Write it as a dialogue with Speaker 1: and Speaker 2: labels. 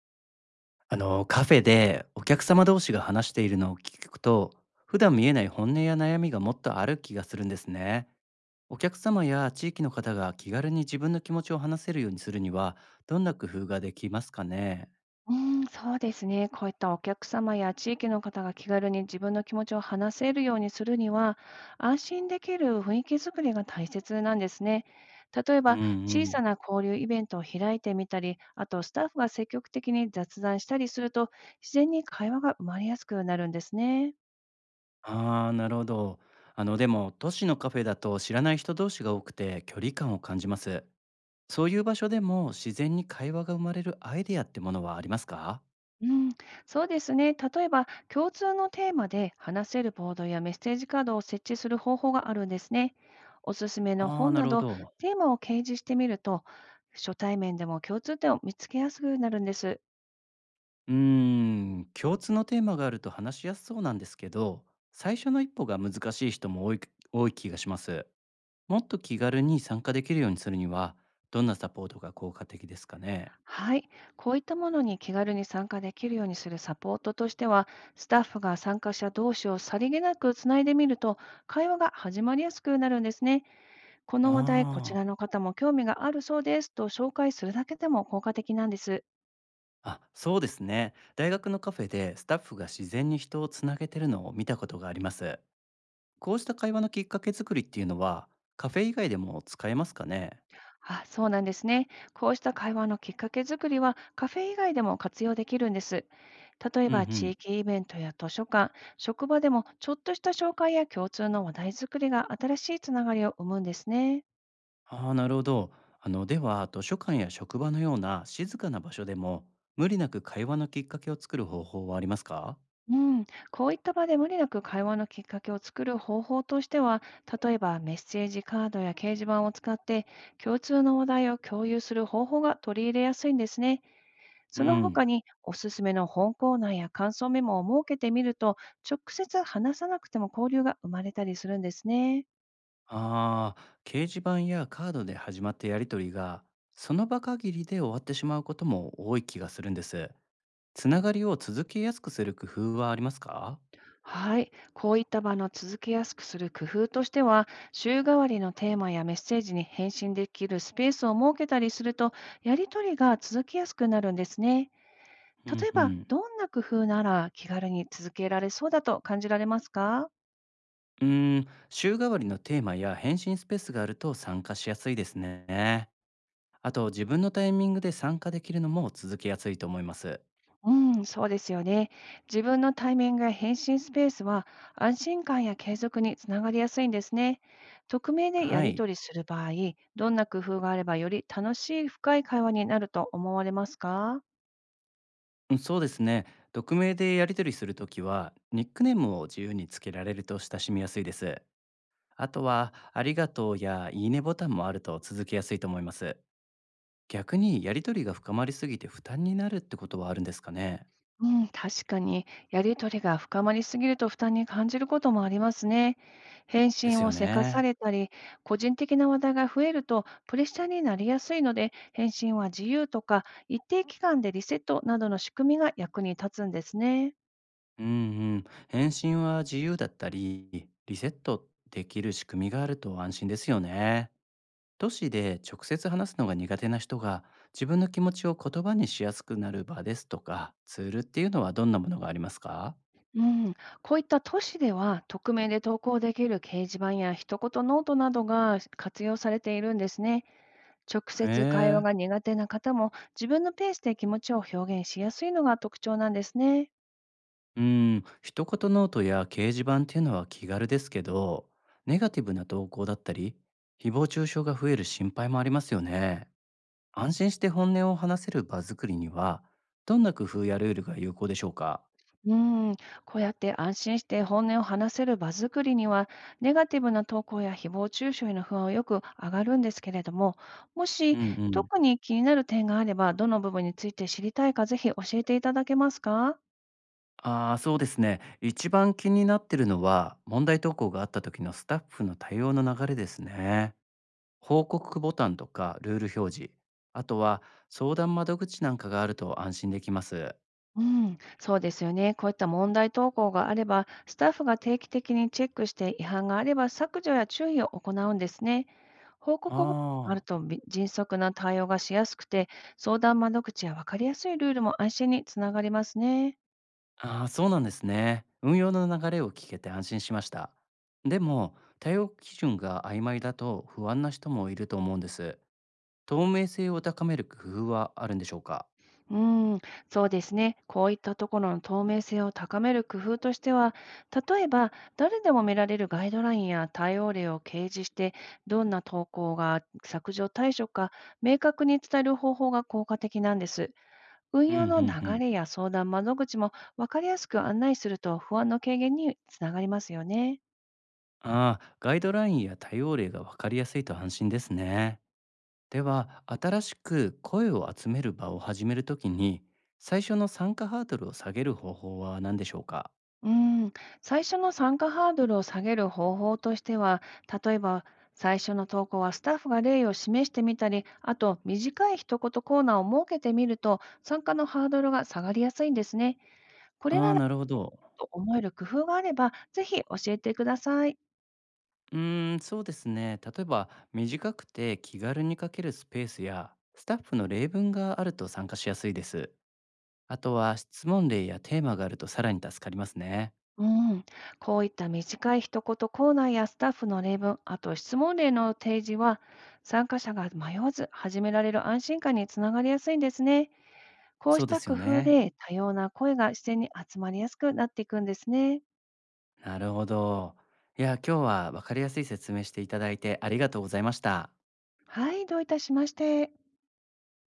Speaker 1: カフェでお客様同士が話しているのを聞くと、普段見えない本音や悩みがもっとある気がするんですね。お客様や地域の方が気軽に自分の気持ちを話せるようにするには、どんな工夫ができますかね？
Speaker 2: うーん、そうですね。こういったお客様や地域の方が気軽に自分の気持ちを話せるようにするには、安心できる雰囲気づくりが大切なんですね。例え
Speaker 1: う
Speaker 2: ば、
Speaker 1: んう
Speaker 2: 小
Speaker 1: ん。
Speaker 2: さな交流イベントを開いてみたり、あとスタッフが積極的に雑談したりすると、自然に会話が生まれやすくなるんですね。
Speaker 1: ああ、なるほど。でも、都市のカフェだと知らない人同士が多くて距離感を感じます。そういう場所でも自然に会話が生まれるアイデアってものはありますか？
Speaker 2: うん、そうですね。例えば、共通のテーマで話せるボードやメッセージカードを設置する方法があるんですね。おすすめの
Speaker 1: ああー、
Speaker 2: 本
Speaker 1: な
Speaker 2: な
Speaker 1: るほ
Speaker 2: ど、
Speaker 1: ど。
Speaker 2: テーマを掲示してみると、初対面でも共通点を見つけやすくなるんです。
Speaker 1: うーん、共通のテーマがあると話しやすそうなんですけど、最初の一歩が難しい人も多い気がします。もっと気軽に参加できるようにするには、どんなサポートが効果的ですかね。
Speaker 2: はい。こういったものに気軽に参加できるようにするサポートとしては、スタッフが参加者同士をさりげなくつないでみると、会話が始まりやすくなるんですね。こ
Speaker 1: あ
Speaker 2: の話題、こち
Speaker 1: ー、
Speaker 2: らの方も興味があるそうですと紹介するだけでも効果的なんです。
Speaker 1: あ、そうですね。大学のカフェでスタッフが自然に人をつなげてるのを見たことがあります。こうした会話のきっかけ作りっていうのは、カフェ以外でも使えますかね。
Speaker 2: あ、そうなんですね。こうした会話のきっかけ作りはカフェ以外でも活用できるんです。例え
Speaker 1: うんう
Speaker 2: ば地
Speaker 1: ん。
Speaker 2: 域イベントや図書館、職場でもちょっとした紹介や共通の話題作りが新しいつながりを生むんですね。
Speaker 1: ああ、なるほど。では、図書館や職場のような静かな場所でも、無理なく会話のきっかけを作る方法はありますか？
Speaker 2: うん、こういった場で無理なく会話のきっかけを作る方法としては、例えばメッセージカードや掲示板を使って共通の話題を共有する方法が取り入れやすいんですね。
Speaker 1: う
Speaker 2: その他
Speaker 1: ん。
Speaker 2: におすすめの本コーナーや感想メモを設けてみると、直接話さなくても交流が生まれたりするんですね。
Speaker 1: ああ、掲示板やカードで始まったやりとりが、その場限りで終わってしまうことも多い気がするんです。つながりを続けやすくする工夫はありますか？
Speaker 2: はい、こういった場の続けやすくする工夫としては、週替わりのテーマやメッセージに返信できるスペースを設けたりすると、やりとりが続きやすくなるんですね。
Speaker 1: うん
Speaker 2: 例え
Speaker 1: う
Speaker 2: ば、
Speaker 1: ん。
Speaker 2: どんな工夫なら気軽に続けられそうだと感じられますか？
Speaker 1: うーん、週替わりのテーマや返信スペースがあると参加しやすいですね。あと、自分のタイミングで参加できるのも続けやすいと思います。
Speaker 2: うん、そうですよね。自分のタイミングや返信スペースは、安心感や継続につながりやすいんですね。匿名でや
Speaker 1: は
Speaker 2: り取
Speaker 1: い、
Speaker 2: りする場合、どんな工夫があればより楽しい深い会話になると思われますか？
Speaker 1: うん、そうですね。匿名でやり取りするときは、ニックネームを自由につけられると親しみやすいです。あとは、ありがとうやいいねボタンもあると続けやすいと思います。逆に、やり取りが深まりすぎて負担になるってことはあるんですかね。
Speaker 2: うん、確かに、やり取りが深まりすぎると負担に感じることもありますね。返
Speaker 1: です
Speaker 2: 信
Speaker 1: よ
Speaker 2: をせかさ
Speaker 1: ね。
Speaker 2: れたり、個人的な話題が増えるとプレッシャーになりやすいので、返信は自由とか、一定期間でリセットなどの仕組みが役に立つんですね。
Speaker 1: うんうん。返信は自由だったり、リセットできる仕組みがあると安心ですよね。都市で直接話すのが苦手な人が自分の気持ちを言葉にしやすくなる場ですとかツールっていうのはどんなものがありますか？
Speaker 2: うん、こういった都市では、匿名で投稿できる掲示板や一言ノートなどが活用されているんですね。直
Speaker 1: へ
Speaker 2: 接会話
Speaker 1: え。
Speaker 2: が苦手な方も、自分のペースで気持ちを表現しやすいのが特徴なんですね。
Speaker 1: うん、一言ノートや掲示板っていうのは気軽ですけど、ネガティブな投稿だったり、誹謗中傷が増える心配もありますよね。安心して本音を話せる場作りには、どんな工夫やルールが有効でしょうか？
Speaker 2: うん、こうやって安心して本音を話せる場作りには、ネガティブな投稿や誹謗中傷への不安はよく上がるんですけれども、も
Speaker 1: う
Speaker 2: し
Speaker 1: んうん。
Speaker 2: 特に気になる点があれば、どの部分について知りたいか、ぜひ教えていただけますか？
Speaker 1: ああ、そうですね。一番気になってるのは、問題投稿があった時のスタッフの対応の流れですね。報告ボタンとかルール表示、あとは相談窓口なんかがあると安心できます。
Speaker 2: うん、そうですよね。こういった問題投稿があれば、スタッフが定期的にチェックして、違反があれば削除や注意を行うんですね。報告簿がある
Speaker 1: あ
Speaker 2: と迅速な対応がしやすくて、相談窓口や分かりやすいルールも安心につながりますね。
Speaker 1: あ、ああ、そうなんですね。運用の流れを聞けて安心しました。でも、対応基準が曖昧だと不安な人もいると思うんです。透明性を高める工夫はあるんでしょうか？
Speaker 2: うん、そうですね。こういったところの透明性を高める工夫としては、例えば誰でも見られるガイドラインや対応例を掲示して、どんな投稿が削除対象か明確に伝える方法が効果的なんです。運
Speaker 1: うんうんう
Speaker 2: 用の流
Speaker 1: ん。
Speaker 2: れや相談窓口も分かりやすく案内すると、不安の軽減につながりますよね。
Speaker 1: ああ、ガイドラインや対応例が分かりやすいと安心ですね。では、新しく声を集める場を始めるときに、最初の参加ハードルを下げる方法は何でしょうか？
Speaker 2: うん、最初の参加ハードルを下げる方法としては、例えば最初の投稿はスタッフが例を示してみたり、あと短い一言コーナーを設けてみると、参加のハードルが下がりやすいんですね。これ
Speaker 1: あ
Speaker 2: な
Speaker 1: あ、
Speaker 2: ら
Speaker 1: なるほど。
Speaker 2: と思える工夫があれば、ぜひ教えてください。
Speaker 1: うーん、そうですね。例えば、短くて気軽に書けるスペースや、スタッフの例文があると参加しやすいです。あとは、質問例やテーマがあるとさらに助かりますね。
Speaker 2: うん、こういった短い一言コーナーやスタッフの例文、あと質問例の提示は、参加者が迷わず始められる安心感につながりやすいんですね。こうし
Speaker 1: そうで
Speaker 2: た
Speaker 1: すよ
Speaker 2: 工夫
Speaker 1: ね。
Speaker 2: で、多様な声が自然に集まりやすくなっていくんですね。
Speaker 1: なるほど。いや、今日は分かりやすい説明していただいてありがとうございました。
Speaker 2: はい、どういたしまして。